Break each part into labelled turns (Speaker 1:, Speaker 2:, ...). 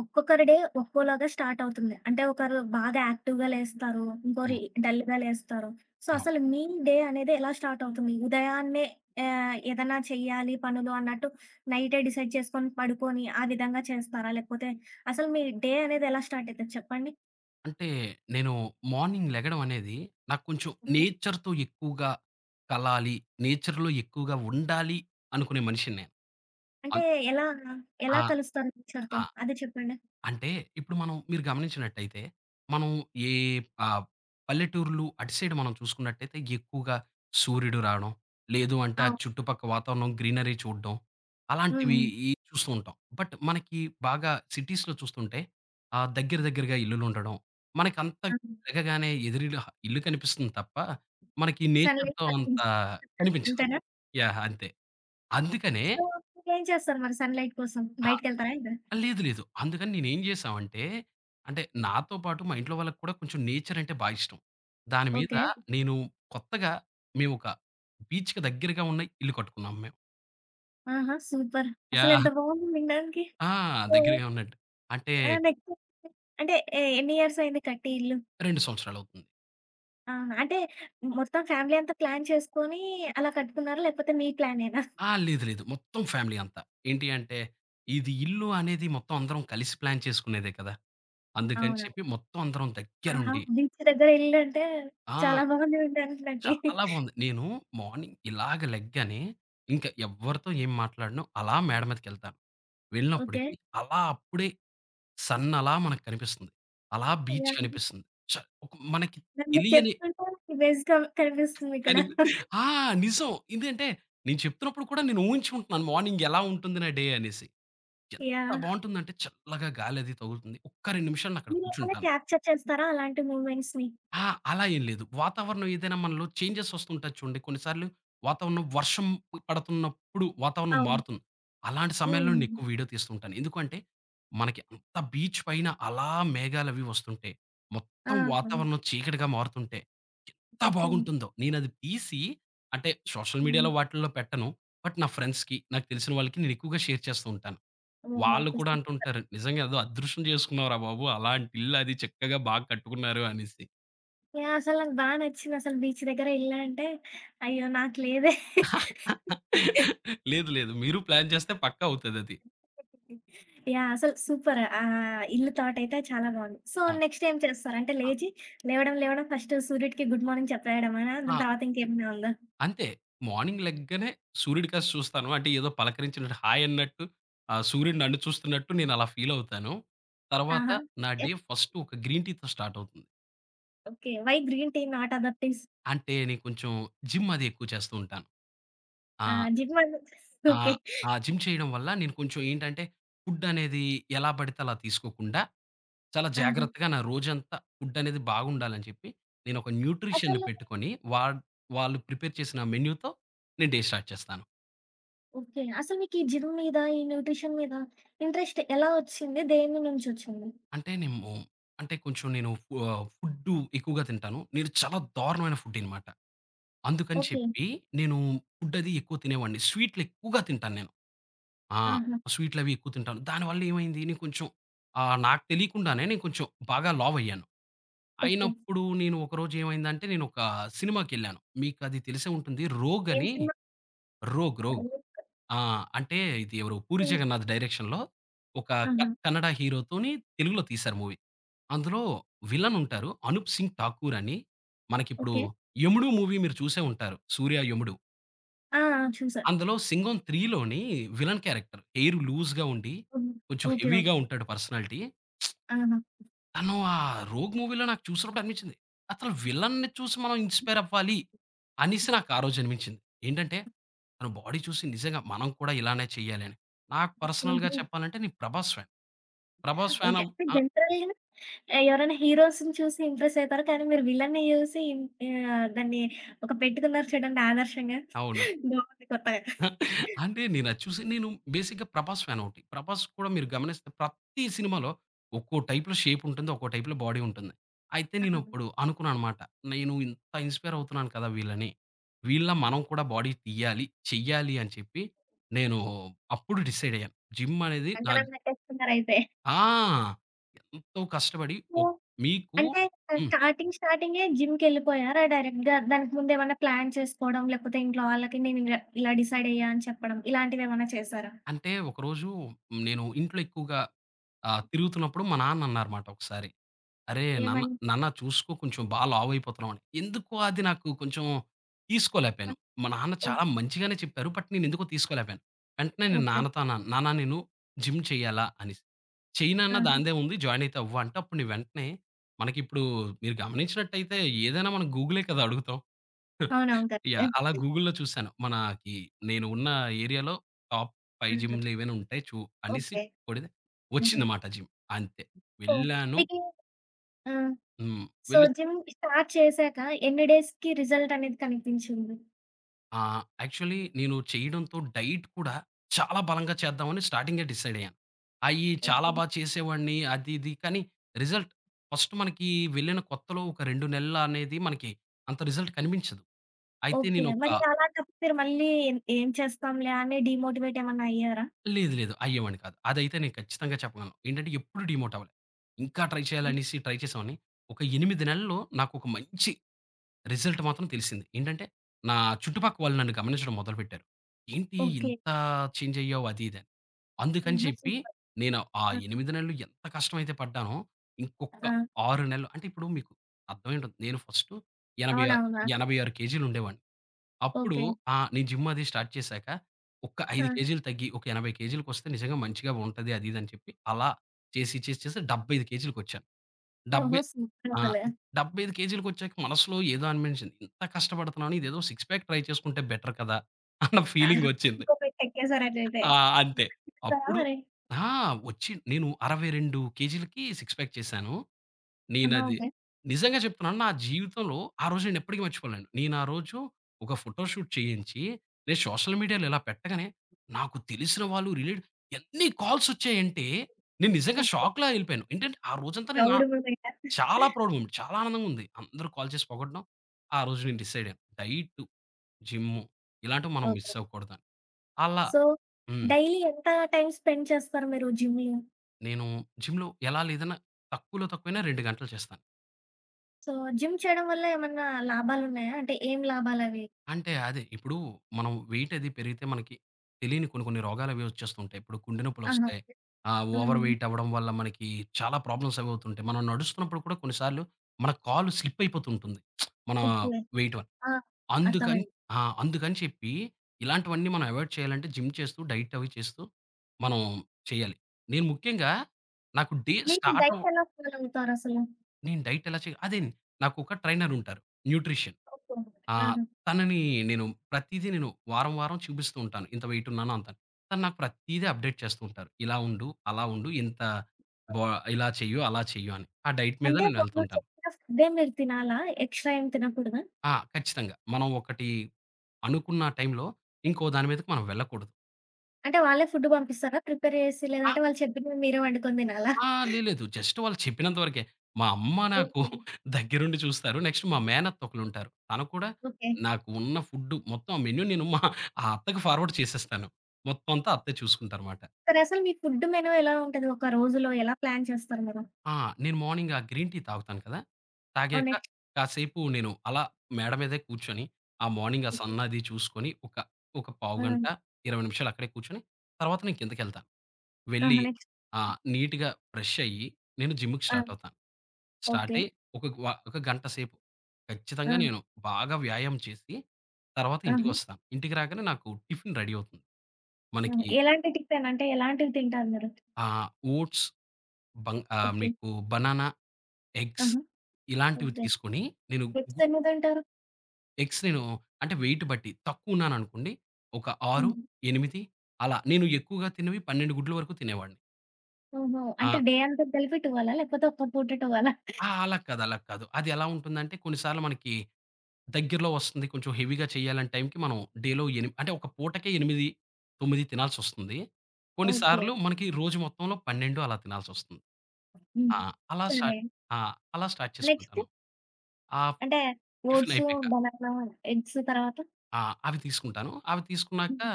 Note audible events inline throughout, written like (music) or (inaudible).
Speaker 1: ఒక్కొక్కరి day ఒక్కోలాగా start అవుతుంది. అంటే ఒకరు బాగా యాక్టివ్‌గా లేస్తారు. ఇంకోరి
Speaker 2: హ్మ్.
Speaker 1: డల్‌గా లేస్తారు. సో,
Speaker 2: అవును.
Speaker 1: అసలు మీ డే అనేది ఎలా స్టార్ట్ అవుతుంది? ఉదయాన్నే ఏదన్నా చెయ్యాలి పనులు అన్నట్టు నైటే డిసైడ్ చేసుకొని పడుకొని ఆ విధంగా చేస్తారా? లేకపోతే అసలు మీ డే అనేది ఎలా స్టార్ట్ అయితది చెప్పండి?
Speaker 2: అంటే నేను మార్నింగ్ లెగడం అనేది నాకు కొంచెం
Speaker 1: ఓకే.
Speaker 2: నేచర్‌తో ఎక్కువగా కలాలి, నేచర్‌లో ఎక్కువగా ఉండాలి అనుకునే మనిషిని నేను.
Speaker 1: అంటే
Speaker 2: అన్
Speaker 1: ఎలా ఎలా
Speaker 2: ఆ!
Speaker 1: కలుస్తారు
Speaker 2: ఆ!
Speaker 1: నేచర్‌తో అది చెప్పండి?
Speaker 2: అంటే ఇప్పుడు మనం మీరు గమనించినట్టయితే, మనం ఏ ఆహ్, పల్లెటూర్లు అటు సైడ్ మనం చూసుకున్నట్టయితే ఎక్కువగా సూర్యుడు రాడం, లేదు అంటే ఆ
Speaker 1: అవును.
Speaker 2: చుట్టుపక్క వాతావరణం గ్రీనరీ చూడడం,
Speaker 1: హ్మ్.
Speaker 2: అలాంటివి
Speaker 1: హ్మ్.
Speaker 2: చూస్తూ ఉంటాం. బట్ మనకి బాగా సిటీస్‌లో చూస్తుంటే దగ్గర దగ్గరగా ఇల్లులుండడం, మనకంత
Speaker 1: ఆ!
Speaker 2: వెలగగానే ఎదురీల ఇల్లు కనిపిస్తుంది తప్ప, మనకి
Speaker 1: సన్‌లైట్
Speaker 2: నేచర్‌తో అంత కనిపించదు.
Speaker 1: అంతేనా?
Speaker 2: యాహ్! అంతే. అందుకనే
Speaker 1: సో, మీరేం చేస్తారు మరి సన్‌లైట్ కోసం? బయటికెళ్తారా ఏంటి?
Speaker 2: లేదు. లేదు. అందుకని నేనేం జేశామంటే, అంటే నాతో పాటు మా ఇంట్లో వాళ్ళకి కూడా కొంచెం నేచర్ అంటే బా ఇష్టం. దాని మీద
Speaker 1: ఓకే.
Speaker 2: నేను కొత్తగా మేమొక బీచ్‌కి దగ్గరగా ఉన్న ఇల్లు కట్టుకున్నాం మేము.
Speaker 1: ఆహా! సూపర్. అసలెంత
Speaker 2: యాహ్!
Speaker 1: బావుంది వినడానికి.
Speaker 2: ఆ!
Speaker 1: ఓహ్!
Speaker 2: దగ్గరగా ఉన్నట్టు. అంటే
Speaker 1: ఆ! నెక్స్ట్ అంటే ఎన్ని ఇయర్స్ అయింది కట్టి ఇల్లు?
Speaker 2: 2 సంవత్సరాలవుతుంది.
Speaker 1: అవునా? అంటే మొత్తం ఫ్యామిలీ అంతా ప్లాన్ చేసుకొని అలా కట్టుకున్నారా? లేకపోతే మీ ప్లానేనా?
Speaker 2: ఆ! లేదు. లేదు. మొత్తం ఫ్యామిలీ అంతా. ఏంటి అంటే, ఇది ఇల్లు అనేది మొత్తం అందరం కలిసి ప్లాన్ చేసుకునేదే కదా! అందుకని
Speaker 1: అవునా?
Speaker 2: చెప్పి మొత్తం అందరం
Speaker 1: ఆహా!
Speaker 2: దగ్గరుండి
Speaker 1: బీచ్ దగ్గర ఇల్లు అంటే
Speaker 2: ఆ!
Speaker 1: చాలా బాగుంది వినడానికి నాకి.
Speaker 2: చాలా బావుంది. నేను మార్నింగ్ ఇలాగ లెగ్గానే ఇంక ఎవ్వరితో ఏం మాట్లాడను. అలా మేడ మీదకెళ్తాను.
Speaker 1: ఓకే.
Speaker 2: వెళ్ళినప్పటికి అలా అప్పుడే సన్ అలా మనకు కనిపిస్తుంది. అలా బీచ్
Speaker 1: యాహ్!
Speaker 2: కనిపిస్తుంది. చ ఒక మనకి
Speaker 1: నాకు మీరు
Speaker 2: తెలియని
Speaker 1: చెప్తుంటే ఇమేజ్ కనిపిస్తుంది ఇక్కడ.
Speaker 2: కని ఆ! నిజం. ఎందుకంటే నేను చెప్తున్నప్పుడు కూడా నేను ఊహించుకుంటున్నాను మార్నింగ్ ఎలా ఉంటుంది నా డే అనేసి. ఎంత
Speaker 1: యాహ్!
Speaker 2: బావుంటుందంటే చల్లగా గాలి అది తగులుతుంది. ఒక్క 2 నిమిషాలు అక్కడ
Speaker 1: మీరేమైనా
Speaker 2: కూర్చుంటాను.
Speaker 1: క్యాప్చర్ చేస్తారా అలాంటి మూవ్‌మెంట్స్‌ని?
Speaker 2: ఆ! అలా ఏం లేదు. వాతావరణం ఏదైనా మనలో చేంజెస్ వస్తుంటది చూడండి. కొన్నిసార్లు వాతావరణం వర్షం పడుతున్నప్పుడు వాతావరణం
Speaker 1: అవును.
Speaker 2: మారుతుంది. అలాంటి సమయంలో నేను
Speaker 1: హ్మ్.
Speaker 2: ఎక్కువ వీడియో తీస్తుంటాను. ఎందుకంటే మనకి అంత బీచ్ పైన అలా మేఘాలవి వస్తుంటే,
Speaker 1: ఆ!
Speaker 2: మొత్తం
Speaker 1: అవును.
Speaker 2: వాతావరణం చీకటిగా మారుతుంటే ఎంత
Speaker 1: ఓకే.
Speaker 2: బాగుంటుందో. నేనది తీసి అంటే సోషల్
Speaker 1: హ్మ్.
Speaker 2: మీడియాలో వాటిల్లో పెట్టను. బట్ నా ఫ్రెండ్స్‌కి, నాకు తెలిసిన వాళ్ళకి నేను ఎక్కువగా షేర్ చేస్తూ ఉంటాను.
Speaker 1: ఓహో!
Speaker 2: వాళ్ళు కూడా
Speaker 1: ఓకే.
Speaker 2: అంటుంటారు, "నిజంగా ఏదో అదృష్టం చేసుకున్నావురా బాబు! అలాంటి ఇల్లు అది చక్కగా బాగా కట్టుకున్నారు" అనేసి.
Speaker 1: యాహ్! అసలు నాకు బా నచ్చిందసలు బీచ్ దగ్గర ఇల్లు అంటే, అయ్యో! నాకు లేదే.
Speaker 2: లేదు, లేదు. మీరు ప్లాన్ చేస్తే పక్కా అవుతదది.
Speaker 1: యాహ్! అసలు సూపర్. ఇల్లు థాట్ అయితే చాలా బాగుంది. సో,
Speaker 2: ఆ!
Speaker 1: నెక్స్ట్ ఏం చేస్తారంటే
Speaker 2: ఆ!
Speaker 1: లేచి లేవడం, లేవడం ఫస్ట్ సూర్యుడికి గుడ్ మార్నింగ్ చెప్పేయడమేనా? దాని
Speaker 2: ఆ!
Speaker 1: తర్వాత ఇంకేమైనా ఉందా?
Speaker 2: అంతే. మార్నింగ్ లెగ్గానే సూర్యుడికాస్త చూస్తాను. అంటే ఏదో పలకరించినట్టు హాయ్ అన్నట్టు సూర్యుడు నన్ను చూస్తున్నట్టు నేనలా ఫీలవుతాను. తర్వాత
Speaker 1: ఆహా!
Speaker 2: నా డే
Speaker 1: యాహ్!
Speaker 2: ఫస్ట్ ఒక గ్రీన్ టీతో స్టార్ట్ అవుతుంది.
Speaker 1: Okay. Why green tea not other teas?
Speaker 2: అంటే నేను కొంచెం జిమ్ అది ఎక్కువ చేస్తూ ఉంటాను.
Speaker 1: ఆ!
Speaker 2: ఆ!
Speaker 1: జిమ్ (laughs)
Speaker 2: ఆ!
Speaker 1: ఓకే.
Speaker 2: ఆ జిమ్ చేయడం వల్ల నేను కొంచెం ఏంటంటే, ఫుడ్ అనేది ఎలా పడితే అలా తీసుకోకుండా, చాలా
Speaker 1: ఆహా!
Speaker 2: జాగ్రత్తగా నా రోజంతా ఫుడ్ అనేది బాగుండాలని చెప్పి, నేను ఒక న్యూట్రిషియన్‌ని
Speaker 1: అసలు
Speaker 2: పెట్టుకొని, వాళ్ళు ప్రిపేర్ చేసిన మెన్యూతో నేను డే స్టార్ట్ చేస్తాను.
Speaker 1: ఓకే. అసలు మీకు ఈ జిమ్ మీద, ఈ న్యూట్రిషన్ మీద ఇంట్రెస్ట్ ఎలా వచ్చింది? దేని నుంచొచ్చింది?
Speaker 2: అంటే నేము అంటే కొంచెం నేను ఫుడ్డు ఎక్కువగా తింటాను. నేను చాలా దారుణమైన ఫుడ్డీనమాట. అందుకని
Speaker 1: ఓకే.
Speaker 2: చెప్పి నేను ఫుడ్ అది ఎక్కువ తినేవాడిని. స్వీట్‌లు ఎక్కువగా తింటాను నేను. ఆ!
Speaker 1: ఆహా!
Speaker 2: స్వీట్‌లవి ఎక్కువ తింటాను. దానివల్ల ఏమైంది నేను కొంచెం నాకు తెలియకుండానే నేను కొంచెం బాగా లావయ్యాను.
Speaker 1: ఓకే.
Speaker 2: అయినప్పుడు నేను ఒకరోజు ఏమైందంటే నేను ఒక సినిమాకెళ్ళాను. మీకది తెలిసే ఉంటుంది. 'రోగ్'
Speaker 1: ఏం
Speaker 2: అని
Speaker 1: సినిమా?
Speaker 2: 'రోగ్'
Speaker 1: (laughs)
Speaker 2: ఆ! అంటే ఇది ఎవరు 'పూరి జగన్నాథ్' డైరెక్షన్‌లో ఒక
Speaker 1: ఆహా!
Speaker 2: కన్నడ హీరోతోని తెలుగులో తీశారు మూవీ. అందులో విలన్ ఉంటారు. 'అనూప్ సింగ్ ఠాకూర్' అని మనకిప్పుడు
Speaker 1: ఓకే.
Speaker 2: 'యముడు' మూవీ మీరు చూసే ఉంటారు. 'సూర్య యముడు.'
Speaker 1: ఆ! ఆ! చూసా.
Speaker 2: అందులో 'సింగం 3' లోని విలన్ క్యారెక్టర్ హెయిర్ లూజ్‌గా ఉండి,
Speaker 1: హ్మ్.
Speaker 2: కొంచెం
Speaker 1: ఓకే.
Speaker 2: హెవీగా
Speaker 1: ఓకే.
Speaker 2: ఉంటాడు పర్సనాలిటీ.
Speaker 1: ఆహా!
Speaker 2: తను ఆ 'రోగ్' మూవీలో నాకు చూసినప్పుడు అనిపించింది. అసలు విలన్‌ని చూసి మనం ఇన్‌స్పైర్ అవ్వాలి అనేసి నాకు ఆ రోజు అనిపించింది. ఏంటంటే తన బాడీ చూసి నిజంగా మనం కూడా ఇలానే చేయాలి అని. నాకు పర్సనల్‌గా
Speaker 1: హుహు.
Speaker 2: చెప్పాలంటే నేను 'Prabhas' fan. 'Prabhas' fan
Speaker 1: okay. అంటే
Speaker 2: ఆ!
Speaker 1: జనరల్‌గా ఎవరైనా హీరోస్‌ని చూసి ఇంప్రెస్ అయితారు. కానీ మీరు విలన్‌ని చూసి దాన్ని ఒక పెట్టుకున్నారు చూడండి ఆదర్శంగా.
Speaker 2: అవును.
Speaker 1: (laughs) బావుంది కొత్తగా.
Speaker 2: అంటే నేనది చూసి నేను బేసిక్‌గా 'ప్రభాస్' ఫ్యాన్ ఒకటి. 'ప్రభాస్' కూడా మీరు గమనిస్తే ప్రతి సినిమాలో ఒక్కో టైప్‌లో షేప్ ఉంటుంది. ఒక్కో టైప్‌లో బాడీ ఉంటుంది. అయితే
Speaker 1: ఆ!
Speaker 2: నేనప్పుడు అనుకున్నాననమాట. నేను ఇంత ఇన్‌స్పైర్ అవుతున్నాను కదా! వీళ్ళని. వీళ్ళ మనం కూడా బాడీ తీయాలి, చెయ్యాలి అని చెప్పి నేను అప్పుడు డిసైడ్ అయ్యాను. జిమ్ అనేది నా
Speaker 1: కంకణం కట్టేసుకున్నారయితే.
Speaker 2: ఆ! ఎంతో కష్టపడి
Speaker 1: ఓహ్!
Speaker 2: మీకు
Speaker 1: అంటే
Speaker 2: హ్మ్.
Speaker 1: స్టార్టింగే జిమ్‌కెళ్ళిపోయారా డైరెక్ట్‌గా? దానికి ముందేమన్నా ప్లాన్ చేసుకోవడం, లేకపోతే ఇంట్లో వాళ్ళకి నేను ఇలా ఇలా డిసైడ్ అయ్యా అని చెప్పడం ఇలాంటివేమన్నా చేసారా?
Speaker 2: అంటే ఒకరోజు నేను ఇంట్లో ఎక్కువగా తిరుగుతున్నప్పుడు మా నాన్న అన్నారమాట ఒకసారి. అరే! నాన్న,
Speaker 1: ఏమని?
Speaker 2: నాన్న చూసుకో కొంచెం బా లావయిపోతున్నావని. ఎందుకో అది నాకు కొంచెం
Speaker 1: ఆ!
Speaker 2: తీసుకోలేకపోయాను. మా నాన్న
Speaker 1: ఓకే.
Speaker 2: చాలా మంచిగానే చెప్పారు. బట్ నేనెందుకో తీసుకోలేకపోయాను. వెంటనే
Speaker 1: ఓకే.
Speaker 2: నేను నాన్నతో
Speaker 1: ఓకే.
Speaker 2: అన్నాను. నాన్న నేను జిమ్ చేయాలా అనేసి. చెయ్యి నాన్న
Speaker 1: ఆహా!
Speaker 2: దానిదే ఉంది జాయినయితే అవ్వు అంటే అప్పుడు నేను వెంటనే మనకిప్పుడు మీరు గమనించినట్టయితే ఏదైనా మనం గూగులే కదా అడుగుతాం.
Speaker 1: అవునవును. కరెక్టే.
Speaker 2: యాహ్! అలా గూగుల్‌లో చూసాను. మనకి నేను ఉన్న ఏరియాలో టాప్ 5
Speaker 1: ఆహా!
Speaker 2: జిమ్‌లు ఏవైనా ఉంటాయి అనేసి
Speaker 1: ఓకే.
Speaker 2: కొడితే
Speaker 1: హ్మ్.
Speaker 2: వచ్చిందమాట జిమ్. అంతే.
Speaker 1: ఓహ్!
Speaker 2: వెళ్ళాను.
Speaker 1: మీకీ ఆ!
Speaker 2: హ్మ్.
Speaker 1: సో,
Speaker 2: వెళ్ళి
Speaker 1: జిమ్ స్టార్ట్ చేశాక ఎన్ని డేస్‌కి రిజల్ట్ అనేది కనిపించింది?
Speaker 2: ఆ! యాక్చువల్లీ నేను చేయడంతో డైట్ కూడా చాలా బలంగా చేద్దామని స్టార్టింగే డిసైడ్ అయ్యాను. అయి చాలా
Speaker 1: ఓకే.
Speaker 2: బా చేసేవాడిని అది ఇది కానీ రిజల్ట్ ఫస్ట్ మనకి వెళ్ళిన కొత్తలో ఒక 2 నెలల అనేది మనకి అంత రిజల్ట్ కనిపించదు. అయితే
Speaker 1: ఓకే.
Speaker 2: నేనొక
Speaker 1: మరి అలాంటప్పుడు మీరు మళ్ళీ ఏం ఏం చేస్తాంలే అని డీమోటివేట్ ఏమన్నా అయ్యారా?
Speaker 2: లేదు లేదు. అయ్యేవాడిని కాదు. అదైతే నేను ఖచ్చితంగా చెప్పగలను. ఏంటంటే ఎప్పుడు డీమోట్ అవ్వలే. ఇంకా ట్రై
Speaker 1: హ్మ్.
Speaker 2: చేయాలనేసి ట్రై చేసేవాడిని. ఒక 8 నెలల్లో నాకొక మంచి రిజల్ట్ మాత్రం తెలిసింది. ఏంటంటే, నా చుట్టుపక్క వాళ్ళు నన్ను గమనించడం మొదలుపెట్టారు. "ఏంటి
Speaker 1: ఓకే.
Speaker 2: ఇంత చేంజ్ అయ్యావు?" అది ఇది అని. అందుకని
Speaker 1: హుహు.
Speaker 2: చెప్పి
Speaker 1: సూపర్.
Speaker 2: నేను ఆ
Speaker 1: ఆ!
Speaker 2: 8 నెలలు ఎంత కష్టమైతే పడ్డానో, ఇంకొక
Speaker 1: ఆ!
Speaker 2: 6 నెలలు అంటే ఇప్పుడు మీకు అర్థమై ఉంటుంది. నేను ఫస్టు ఎనభై ఆ
Speaker 1: అవునవునా?
Speaker 2: 86 కేజీలుండేవాడిని. అప్పుడు
Speaker 1: ఓకే.
Speaker 2: ఆ! నేను జిమ్ అది స్టార్ట్ చేశాక, ఒక్క
Speaker 1: ఆ!
Speaker 2: 5 కేజీలు తగ్గి ఒక 80 కేజీలకొస్తే నిజంగా మంచిగా ఉంటది అది ఇది అని చెప్పి అలా చేసి, చేసి, చేసి 75 కేజీలకొచ్చాను.
Speaker 1: ఓహో!
Speaker 2: 70
Speaker 1: సూపర్
Speaker 2: ఆ!
Speaker 1: అసలు.
Speaker 2: 75 కేజీలకొచ్చాక మనసులో ఏదో అనిపించింది. ఇంత కష్టపడుతున్నాను ఇదేదో సిక్స్ ప్యాక్ ట్రై చేసుకుంటే బెటర్ కదా! అన్న
Speaker 1: ఆహా!
Speaker 2: ఫీలింగొచ్చింది.
Speaker 1: ఇంకో మెట్టెక్కేసారట్లయితే.
Speaker 2: ఆ! అంతే.
Speaker 1: (laughs) (unintelligible)
Speaker 2: అప్పుడు
Speaker 1: మరి?
Speaker 2: ఆ! వచ్చి నేను 62 కేజీలకి సిక్స్ ప్యాక్ చేశాను.
Speaker 1: ఆహా!
Speaker 2: నేనది
Speaker 1: ఓకే.
Speaker 2: నిజంగా చెప్తున్నాను. నా జీవితంలో ఆ రోజు నేనెప్పటికి మర్చిపోలేను. నేనా రోజు ఒక ఫోటో షూట్ చేయించి, నేను సోషల్ మీడియాలో ఇలా పెట్టగానే, నాకు తెలిసిన వాళ్ళు రిలేట్ ఎన్ని కాల్సొచ్చాయంటే, నేను నిజంగా
Speaker 1: ఓకే.
Speaker 2: షాక్‌లా ఎళ్ళిపోయాను. ఏంటంటే, ఆ రోజంతా నేను
Speaker 1: ప్రౌడ్ మూమెంటా?
Speaker 2: చాలా ప్రౌడ్ మూమెంట్. చాలా ఆనందంగా ఉంది. అందరూ కాల్ చేసి పొగడడం. ఆ రోజు నేను డిసైడ్ అయ్యాను. డైట్, జిమ్ము ఇలాంటివి మనం మిస్
Speaker 1: ఓకే.
Speaker 2: అవ్వకూడదని. అలా
Speaker 1: సో,
Speaker 2: హ్మ్.
Speaker 1: డైలీ ఎంత టైమ్ స్పెండ్ చేస్తారు మీరు జిమ్‌లో?
Speaker 2: నేను జిమ్‌లో ఎలా లేదన్నా తక్కువలో తక్కువైనా 2 గంటలు చేస్తాను.
Speaker 1: సో, జిమ్ చేయడం వల్ల ఏమన్నా లాభాలున్నాయా? అంటే ఏం లాభాలవి?
Speaker 2: అంటే అదే. ఇప్పుడు మనం వెయిట్ అది పెరిగితే మనకి తెలియని కొన్ని కొన్ని రోగాలవి వచ్చేస్తుంటాయి. ఇప్పుడు గుండె
Speaker 1: ఆహా!
Speaker 2: నొప్పులొస్తాయి.
Speaker 1: ఓకే.
Speaker 2: Over
Speaker 1: hmm.
Speaker 2: వెయిట్ అవ్వడం వల్ల మనకి చాలా ప్రాబ్లమ్స్ అవి అవుతుంటాయి. మనం నడుస్తున్నప్పుడు కూడా కొన్ని సార్లు మన కాలు స్లిప్ అయిపోతూ ఉంటుంది. మన
Speaker 1: ఓకే.
Speaker 2: వెయిట్ వల్ల.
Speaker 1: ఆ!
Speaker 2: అందుకని
Speaker 1: అర్థమైంది.
Speaker 2: ఆ! అందుకని చెప్పి ఇలాంటివన్నీ మనం అవాయిడ్ చేయాలంటే జిమ్ చేస్తూ, డైట్ అవి చేస్తూ మనం చేయాలి. నేను ముఖ్యంగా నాకు డే
Speaker 1: మీరు
Speaker 2: స్టార్ట్ అవ్వ
Speaker 1: డైట్ ఎలా ఫాలో అవుతారసలు?
Speaker 2: నేను డైట్ ఎలా చేయ అదే నాకు ఒక ట్రైనర్ ఉంటారు. న్యూట్రిషన్.
Speaker 1: ఓకే.
Speaker 2: ఆ!
Speaker 1: ఆహా!
Speaker 2: తనని నేను ప్రతీదీ నేను వారం, వారం చూపిస్తూ ఉంటాను. ఇంత వెయిట్ ఉన్నాను అంతాను. తను నాకు ప్రతీదీ అప్డేట్ చేస్తూ ఉంటారు. ఇలా ఉండు, అలా ఉండు, ఇంత బా ఇలా చెయ్యు, అలా చెయ్యు అని. ఆ డైట్ మీద
Speaker 1: అంటే
Speaker 2: నేను వెళ్తూ
Speaker 1: వాళ్ళు
Speaker 2: ఉంటాను.
Speaker 1: చెప్పిన ఫుడ్డే మీరు తినాలా? ఎక్స్‌ట్రా ఏం తినకూడదా?
Speaker 2: ఆ! ఖచ్చితంగా. మనం ఒకటి అనుకున్న టైంలో ఇంకో దాని మీదకి మనం వెళ్ళకూడదు.
Speaker 1: అంటే వాళ్ళే ఫుడ్ పంపిస్తారా ప్రిపేర్ జేసి?
Speaker 2: ఆ!
Speaker 1: లేదంటే వాళ్ళు చెప్పినవి మీరే వండుకొని తినాలా?
Speaker 2: ఆ! లేదు, లేదు. జస్ట్ వాళ్ళు చెప్పినంత వరకే. మా అమ్మ నాకు
Speaker 1: ఓకే.
Speaker 2: (laughs) దగ్గరుండి చూస్తారు. నెక్స్ట్ మా మేనత్త ఒకలుంటారు. తను కూడా
Speaker 1: ఓకే.
Speaker 2: నాకు ఉన్న ఫుడ్డు మొత్తం మెన్యూ నేను మా ఆ అత్తకి ఫార్వర్డ్ చేసేస్తాను. మొత్తం అంతా అత్తే చూసుకుంటారమాట.
Speaker 1: సరే అసలు మీ ఫుడ్ మెను ఎలా ఉంటది? ఒక రోజులో ఎలా ప్లాన్ చేస్తారు మీరు?
Speaker 2: ఆ! నేను మార్నింగ్ ఆ గ్రీన్ టీ తాగుతాను కదా!
Speaker 1: ఓహ్!
Speaker 2: తాగాక
Speaker 1: నెక్స్ట్
Speaker 2: కాసేపు నేను అలా మేడ మీదే కూర్చొని, ఆ మార్నింగ్ ఆ సన్ అది చూసుకొని ఒక
Speaker 1: ఆ!
Speaker 2: పావుగంట, 20 నిమిషాలు అక్కడే కూర్చొని, తర్వాత నేను కిందకెళ్తాను. వెళ్ళి
Speaker 1: ఆహా! నెక్స్ట్
Speaker 2: నీట్‌గా ఫ్రెష్ అయ్యి, నేను జిమ్‌కి
Speaker 1: ఆ!
Speaker 2: స్టార్ట్ అవుతాను. Start
Speaker 1: okay.
Speaker 2: అయ్యి ఒక గంట సేపు
Speaker 1: ఆ!
Speaker 2: ఖచ్చితంగా నేను బాగా వ్యాయామం చేసి, తర్వాత
Speaker 1: ఆహా!
Speaker 2: ఇంటికొస్తాను. ఇంటికి రాగానే నాకు టిఫిన్ రెడీ అవుతుంది.
Speaker 1: హ్మ్.
Speaker 2: మనకి
Speaker 1: ఎలాంటి టిఫిన్? అంటే ఎలాంటివి తింటారు మీరు?
Speaker 2: ఆహ్, ఓట్స్,
Speaker 1: ఓకే.
Speaker 2: మీకు బనానా ఎగ్స్
Speaker 1: ఆహా!
Speaker 2: ఇలాంటివి
Speaker 1: ఓకే.
Speaker 2: తీసుకొని నేను
Speaker 1: ఎగ్స్
Speaker 2: గు
Speaker 1: ఎన్ని తింటారు?
Speaker 2: ఎగ్స్ నేను అంటే వెయిట్ బట్టి తక్కువున్నాననుకోండి. ఒక 6,
Speaker 1: హ్మ్.
Speaker 2: 8 అలా. నేను ఎక్కువగా తిన్నవి 12 గుడ్ల వరకు తినేవాడిని.
Speaker 1: ఓహో!
Speaker 2: ఆ!
Speaker 1: అంటే డే అంతా కలిపి 12 లేకపోతే ఒక్క పూట 12
Speaker 2: ఆ! అలా కాదు, అలా కాదు. అది ఎలా ఉంటుందంటే కొన్నిసార్లు మనకి దగ్గరలో వస్తుంది. కొంచెం హెవీగా చేయాలని టైంకి మనం డేలో ఎనిమి అంటే ఒక పూటకే 8, 9 తినాల్సొస్తుంది.
Speaker 1: ఓకే.
Speaker 2: కొన్నిసార్లు మనకి రోజు మొత్తంలో 12 అలా తినాల్సొస్తుంది.
Speaker 1: హ్మ్.
Speaker 2: ఆ! అలా
Speaker 1: సరే.
Speaker 2: స్టార్ట్ ఆ! అలా స్టార్ట్
Speaker 1: నెక్స్ట్?
Speaker 2: చేసుకుంటాను. ఆ
Speaker 1: అంటే
Speaker 2: టిఫిన్
Speaker 1: ఓట్స్,
Speaker 2: అయిపోయాక.
Speaker 1: బనానా, ఎగ్స్ తర్వాత?
Speaker 2: ఆ! అవి తీసుకుంటాను. అవి తీసుకున్నాక
Speaker 1: హ్మ్.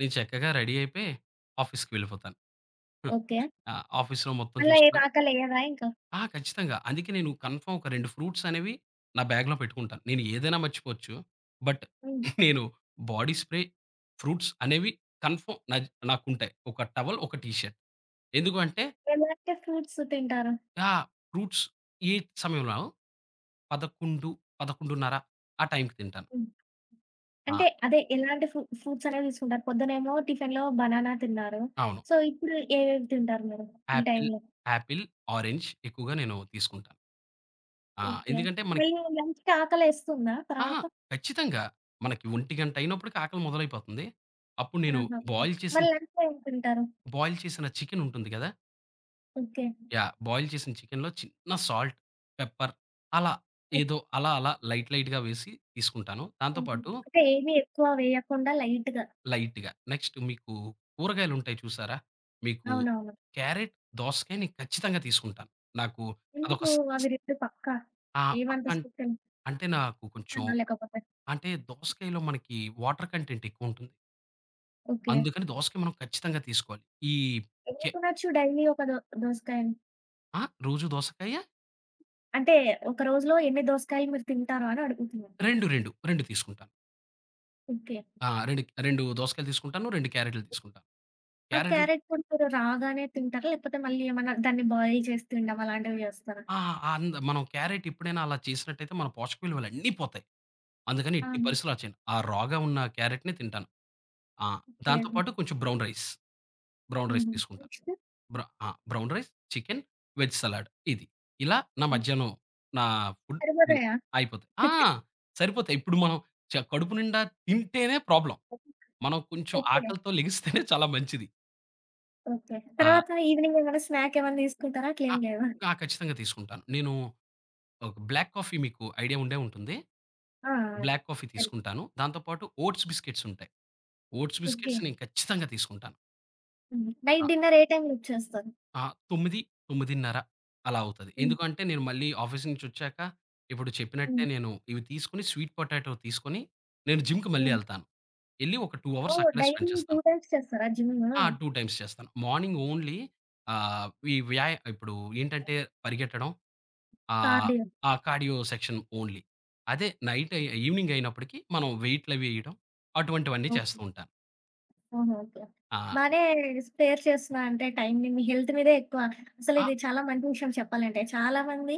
Speaker 2: నేను చక్కగా రెడీ అయిపోయి ఆఫీస్‌కి వెళ్ళిపోతాను. హ్మ్.
Speaker 1: ఓకే.
Speaker 2: ఆఫీస్‌లో మొత్తం
Speaker 1: మళ్ళా ఏం
Speaker 2: చూసుకున్నాక
Speaker 1: ఆకలేయదా ఇంకా?
Speaker 2: ఆ! ఖచ్చితంగా. అందుకే నేను కన్ఫర్మ్ ఒక 2 ఫ్రూట్స్ అనేవి నా బ్యాగ్‌లో పెట్టుకుంటాను. నేను ఏదైనా మర్చిపోవచ్చు. బట్
Speaker 1: హ్మ్.
Speaker 2: నేను బాడీ స్ప్రే, ఫ్రూట్స్ అనేవి కన్ఫర్మ్ నాజ్ నాకుంటాయి. ఒక టవల్, ఒక టీ షర్ట్. ఎందుకు అంటే
Speaker 1: ఎలాంటి ఫ్రూట్స్ తింటారు?
Speaker 2: ఆ! ఫ్రూట్స్ ఏ సమయంలో 11, 11:30 ఆ టైంకి తింటాను.
Speaker 1: హ్మ్.
Speaker 2: ఆ!
Speaker 1: అంటే అదే ఎలాంటి ఫ్రూట్స్ అనేవి తీసుకుంటారు? పొద్దునేమో టిఫిన్‌లో బనానా తిన్నారు.
Speaker 2: అవును.
Speaker 1: సో, ఇప్పుడు ఏవేవి తింటారు మీరు ఈ
Speaker 2: యాపిల్,
Speaker 1: టైంలో?
Speaker 2: యాపిల్, ఆరెంజ్ ఎక్కువగా నేను తీసుకుంటాను. ఆ!
Speaker 1: ఓకే.
Speaker 2: ఎందుకంటే మనకి
Speaker 1: మళ్ళీ లంచ్‌కి ఆకలేస్తుందా
Speaker 2: అహా!
Speaker 1: తర్వాత?
Speaker 2: ఖచ్చితంగా. మనకి ఒంటి గంట అయినప్పటికి ఆకలి మొదలైపోతుంది. అప్పుడు నేను
Speaker 1: ఆహా! ఓకే.
Speaker 2: బాయిల్ చేసిన
Speaker 1: మరి లంచ్‌లో ఏం తింటారు?
Speaker 2: చికెన్ ఉంటుంది కదా!
Speaker 1: ఓకే.
Speaker 2: యాహ్! బాయిల్ చేసిన చికెన్‌లో చిన్న సాల్ట్, పెప్పర్ అలా
Speaker 1: ఓకే.
Speaker 2: ఏదో అలా అలా లైట్ లైట్‌గా వేసి తీసుకుంటాను. దాంతో పాటు
Speaker 1: అంటే ఏమి ఎక్కువ వేయకుండా లైట్‌గా.
Speaker 2: లైట్‌గా నెక్స్ట్ మీకు కూరగాయలుంటాయి చూసారా? మీకు
Speaker 1: అవునవును.
Speaker 2: క్యారెట్, దోసకాయ నేను ఖచ్చితంగా తీసుకుంటాను. నాకు అదొక
Speaker 1: ఎందుకు
Speaker 2: స్ స్
Speaker 1: అవి 2 పక్కా?
Speaker 2: ఆ!
Speaker 1: ఏమంత
Speaker 2: పక్కా
Speaker 1: స్పెషల్
Speaker 2: అంటే నాకు కొంచెం
Speaker 1: ఇష్టమా లేకపోతే?
Speaker 2: అంటే దోసకాయలో మనకి వాటర్ కంటెంట్ ఎక్కువ ఉంటుంది.
Speaker 1: ఓకే.
Speaker 2: అందుకని దోసకాయ మనం ఖచ్చితంగా తీసుకోవాలి. ఈ
Speaker 1: ఎన్ని
Speaker 2: కె
Speaker 1: తినొచ్చు డైలీ ఒక దోసకాయని?
Speaker 2: ఆ! రోజు దోసకాయ
Speaker 1: అంటే ఒక రోజులో ఎన్ని దోసకాయలు మీరు తింటారు అని అడుగుతున్నాను.
Speaker 2: 2, 2, 2 తీసుకుంటాను.
Speaker 1: ఓకే.
Speaker 2: ఆ! 2, 2 దోసకాయలు తీసుకుంటాను. 2 క్యారెట్‌లు తీసుకుంటాను.
Speaker 1: ఆ
Speaker 2: క్యారెట్‌లు
Speaker 1: క్యారెట్ కూడా మీరు రాగానే తింటారా? లేకపోతే మళ్ళీ ఏమన్నా దాన్ని బాయిల్ చేసి తినడం అలాంటివి చేస్తారా?
Speaker 2: ఆ! ఆ, అంద మనం క్యారెట్ ఎప్పుడైనా అలా చేసినట్టయితే మన పోషక విలువలన్నీ పోతాయి. అందుకని ఎట్టి
Speaker 1: ఆహా!
Speaker 2: పరిస్థితిలో అలా చేయను. ఆ రాగా ఉన్న క్యారెట్‌ని తింటాను. ఆ!
Speaker 1: ఓకే.
Speaker 2: దాంతో పాటు కొంచెం బ్రౌన్ రైస్, బ్రౌన్ రైస్
Speaker 1: హుహు.
Speaker 2: తీసుకుంటాను.
Speaker 1: నెక్స్ట్
Speaker 2: బ్ర ఆ! Brown rice, chicken, veg salad ఇది. ఇలా నా మధ్యాహ్నం నా ఫుడ్ నేను
Speaker 1: సరిపోతాయా?
Speaker 2: అయిపోతాయి. ఆ!
Speaker 1: ఓకే.
Speaker 2: సరిపోతాయి. ఇప్పుడు మనం కడుపు నిండా తింటేనే ప్రాబ్లమ్. మనం కొంచెం ఆకలితో లెగిస్తేనే చాలా మంచిది.
Speaker 1: ఓకే.
Speaker 2: ఆ!
Speaker 1: తర్వాత ఈవినింగ్ ఏమైనా స్నాక్ ఏమన్నా తీసుకుంటారా?
Speaker 2: ఆ!
Speaker 1: అట్లేం లేవా?
Speaker 2: ఆ! ఖచ్చితంగా తీసుకుంటాను. నేను ఒక బ్లాక్ కాఫీ మీకు ఐడియా ఉండే ఉంటుంది.
Speaker 1: ఆ! ఆ!
Speaker 2: బ్లాక్ కాఫీ
Speaker 1: సరే.
Speaker 2: తీసుకుంటాను. దాంతో పాటు ఓట్స్ బిస్కిట్స్ ఉంటాయి. Oats
Speaker 1: okay.
Speaker 2: బిస్కిట్స్ నేను ఖచ్చితంగా తీసుకుంటాను.
Speaker 1: హ్మ్.
Speaker 2: ఆ!
Speaker 1: నైట్ డిన్నర్ ఏ టైమ్‌లో చేస్తారు?
Speaker 2: ఆ! 9, 9:30 అలా అవుతది.
Speaker 1: హ్మ్.
Speaker 2: ఎందుకంటే నేను మళ్ళీ ఆఫీస్ నుంచొచ్చాక ఇప్పుడు చెప్పినట్టే
Speaker 1: హ్మ్.
Speaker 2: నేను ఇవి తీసుకొని స్వీట్ పొటాటో తీసుకొని నేను జిమ్‌కి మళ్ళీ
Speaker 1: హ్మ్.
Speaker 2: ఎళ్తాను. ఎళ్లి ఒక 2 అవర్స్
Speaker 1: ఓహ్!
Speaker 2: అక్కడే
Speaker 1: డైలీ
Speaker 2: స్పెండ్ చేస్తాను.
Speaker 1: 2 టైమ్స్ చేస్తారా జిమ్ము?
Speaker 2: ఆ! 2 టైమ్స్ చేస్తాను. మార్నింగ్ ఓన్లీ ఆహ్, ఈ వ్యాయా ఇప్పుడు ఏంటంటే పరిగెట్టడం ఆహ్,
Speaker 1: కార్డియో.
Speaker 2: ఆ కార్డియో సెక్షన్ ఓన్లీ. అదే నైట్ అయి ఈవెనింగ్ అయినప్పటికి మనం వెయిట్‌లవి ఎయడం అటువంటివన్నీ
Speaker 1: ఓకే.
Speaker 2: చేస్తూ ఉంటాను.
Speaker 1: ఓహో! ఓకే.
Speaker 2: ఆ!
Speaker 1: బానే స్పేర్ చేస్తున్నా అంటే టైమ్‌ని మీ హెల్త్ మీదే ఎక్కువ.
Speaker 2: ఆ!
Speaker 1: అసలిది చాలా మంచి విషయం చెప్పాలంటే. చాలా మంది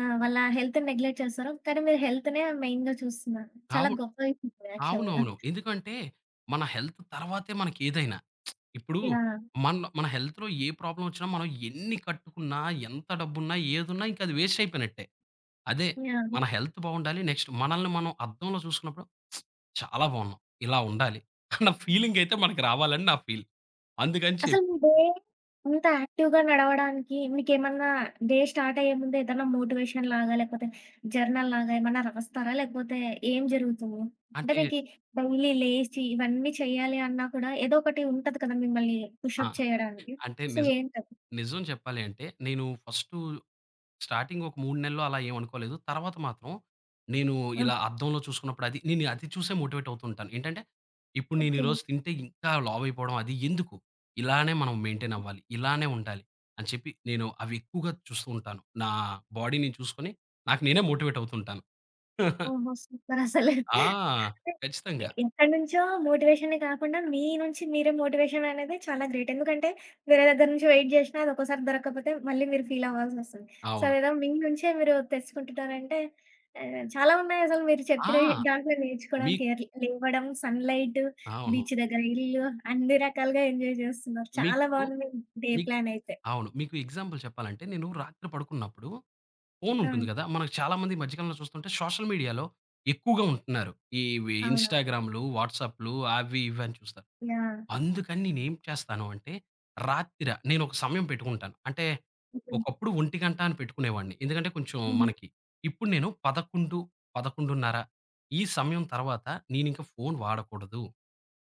Speaker 1: వాళ్ళ హెల్త్‌ని నెగ్లెక్ట్ చేస్తారు. కానీ మీరు హెల్త్‌నే మెయిన్‌గా చూస్తున్నారు. చాలా
Speaker 2: అవు
Speaker 1: గొప్ప విషయం యాక్చువల్‌గా.
Speaker 2: అవునవును. ఎందుకంటే మన హెల్త్ తర్వాతే మనకేదైనా. ఇప్పుడు
Speaker 1: యాహ్!
Speaker 2: మనలో మన హెల్త్‌లో ఏ ప్రాబ్లమ్ వచ్చినా మనం ఎన్ని కట్టుకున్నా, ఎంత డబ్బున్నా, ఏదున్నా ఇంక అది వేస్ట్ అయిపోయినట్టే. అదే
Speaker 1: యాహ్!
Speaker 2: మన హెల్త్ బావుండాలి. నెక్స్ట్ మనల్ని మనం అద్దంలో చూసుకున్నప్పుడు "ప్స్, చాలా బావున్నాం. ఇలా ఉండాలి అన్న ఫీలింగయితే మనకి రావాలని నా ఫీల్. అందుకని
Speaker 1: అసలు
Speaker 2: చెప్పి
Speaker 1: మీ డే ఇంత యాక్టివ్‌గా నడవడానికి మీకేమన్నా డే స్టార్ట్ అయ్యే ముందు ఏదన్నా మోటివేషన్ లాగా, లేకపోతే జర్నల్ లాగా ఏమన్నా రాస్తారా? లేకపోతే ఏం జరుగుతుంది? అంటే
Speaker 2: అంటే
Speaker 1: మీకి డైలీ లేచి ఇవన్నీ చేయాలి అన్నా కూడా ఏదో ఒకటి ఉంటది కదా! మిమ్మల్ని పుష్
Speaker 2: ఆ!
Speaker 1: అప్ చేయడానికి.
Speaker 2: అంటే
Speaker 1: సో,
Speaker 2: నిజం.
Speaker 1: ఏంటది?
Speaker 2: నిజం చెప్పాలి అంటే, నేను ఫస్టు స్టార్టింగ్ ఒక 3 నెలలు అలా ఏమనుకోలేదు. తర్వాత మాత్రం నేను
Speaker 1: ఆ!
Speaker 2: ఇలా అద్దంలో చూసుకున్నప్పుడు అది నేను అది చూసే మోటివేట్ అవుతుంటాను. ఏంటంటే, ఇప్పుడు నేను
Speaker 1: ఓకే.
Speaker 2: ఈరోజు తింటే ఇంకా లావయిపోవడం అది ఎందుకు? ఇలానే మనం మెయింటైన్ అవ్వాలి. ఇలానే ఉండాలి అని చెప్పి నేను అవి ఎక్కువగా చూస్తూ ఉంటాను. నా బాడీని చూసుకొని నాకు నేనే మోటివేట్ అవుతుంటాను. (laughs)
Speaker 1: ఓహో! సూపరసలు.
Speaker 2: ఆ! ఖచ్చితంగా.
Speaker 1: ఎక్కడి నుంచో మోటివేషనే కాకుండా మీ నుంచి మీరే మోటివేషన్ అనేది చాలా గ్రేట్. ఎందుకంటే వేరే దగ్గర నుంచి వెయిట్ జేషినా అది ఒక్కోసారి దొరక్కపోతే మళ్ళీ మీరు ఫీల్ అవ్వాల్సొస్తది. సో,
Speaker 2: అవును.
Speaker 1: అదేదో మీ నుంచే మీరు తెచ్చుకుంటున్నారంటే చాలా ఉన్నాయి అసలు మీరు చెప్పినవి
Speaker 2: ఆ!
Speaker 1: దాంట్లో నేర్చుకోవడానికి.
Speaker 2: మీకు
Speaker 1: ఎర్లీ లేవడం, సన్‌లైట్,
Speaker 2: అవును.
Speaker 1: బీచ్ దగ్గర ఇల్లు అన్ని రకాలుగా ఎంజాయ్ జేస్తున్నారు. చాలా
Speaker 2: మీకు,
Speaker 1: బావుంది మీ డే
Speaker 2: మీకు
Speaker 1: ప్లాన్ అయితే.
Speaker 2: అవును. మీకు ఎగ్జాంపుల్ చెప్పాలంటే, నేను రాత్రి పడుకున్నప్పుడు ఫోన్
Speaker 1: ఆ!
Speaker 2: ఉంటుంది కదా! మనకు చాలామంది ఈ మధ్య కాలంలో చూస్తుంటే సోషల్ మీడియాలో ఎక్కువగా ఉంటున్నారు. ఇవి
Speaker 1: అవునవును.
Speaker 2: ఇన్‌స్టాగ్రామ్‌లు, వాట్సాప్‌లు అవి ఇవి అని చూస్తారు.
Speaker 1: యాహ్!
Speaker 2: అందుకని నేనేం చేస్తాను అంటే రాత్తిర నేనొక సమయం పెట్టుకుంటాను. అంటే
Speaker 1: హ్మ్.
Speaker 2: ఒకప్పుడు 1:00 అని పెట్టుకునేవాడిని. ఎందుకంటే కొంచెం
Speaker 1: హుహు.
Speaker 2: మనకి ఇప్పుడు నేను 11, 11:30 ఈ సమయం తర్వాత నేనింక ఫోన్ వాడకూడదు.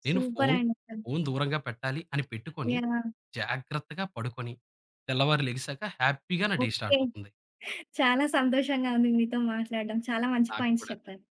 Speaker 2: నేను ఫోన్
Speaker 1: సూపరండి అసలు.
Speaker 2: ఫోన్ దూరంగా పెట్టాలి అని పెట్టుకొని
Speaker 1: యాహ్!
Speaker 2: జాగ్రత్తగా పడుకొని తెల్లవారు లెగిసాక హ్యాపీగా నా డే
Speaker 1: ఓకే.
Speaker 2: స్టార్ట్ అవుతుంది
Speaker 1: చాలా సంతోషంగా ఉంది మీతో మాట్లాడడం. చాలా మంచి
Speaker 2: నాకు
Speaker 1: పాయింట్స్
Speaker 2: కూడా.
Speaker 1: చెప్పారు.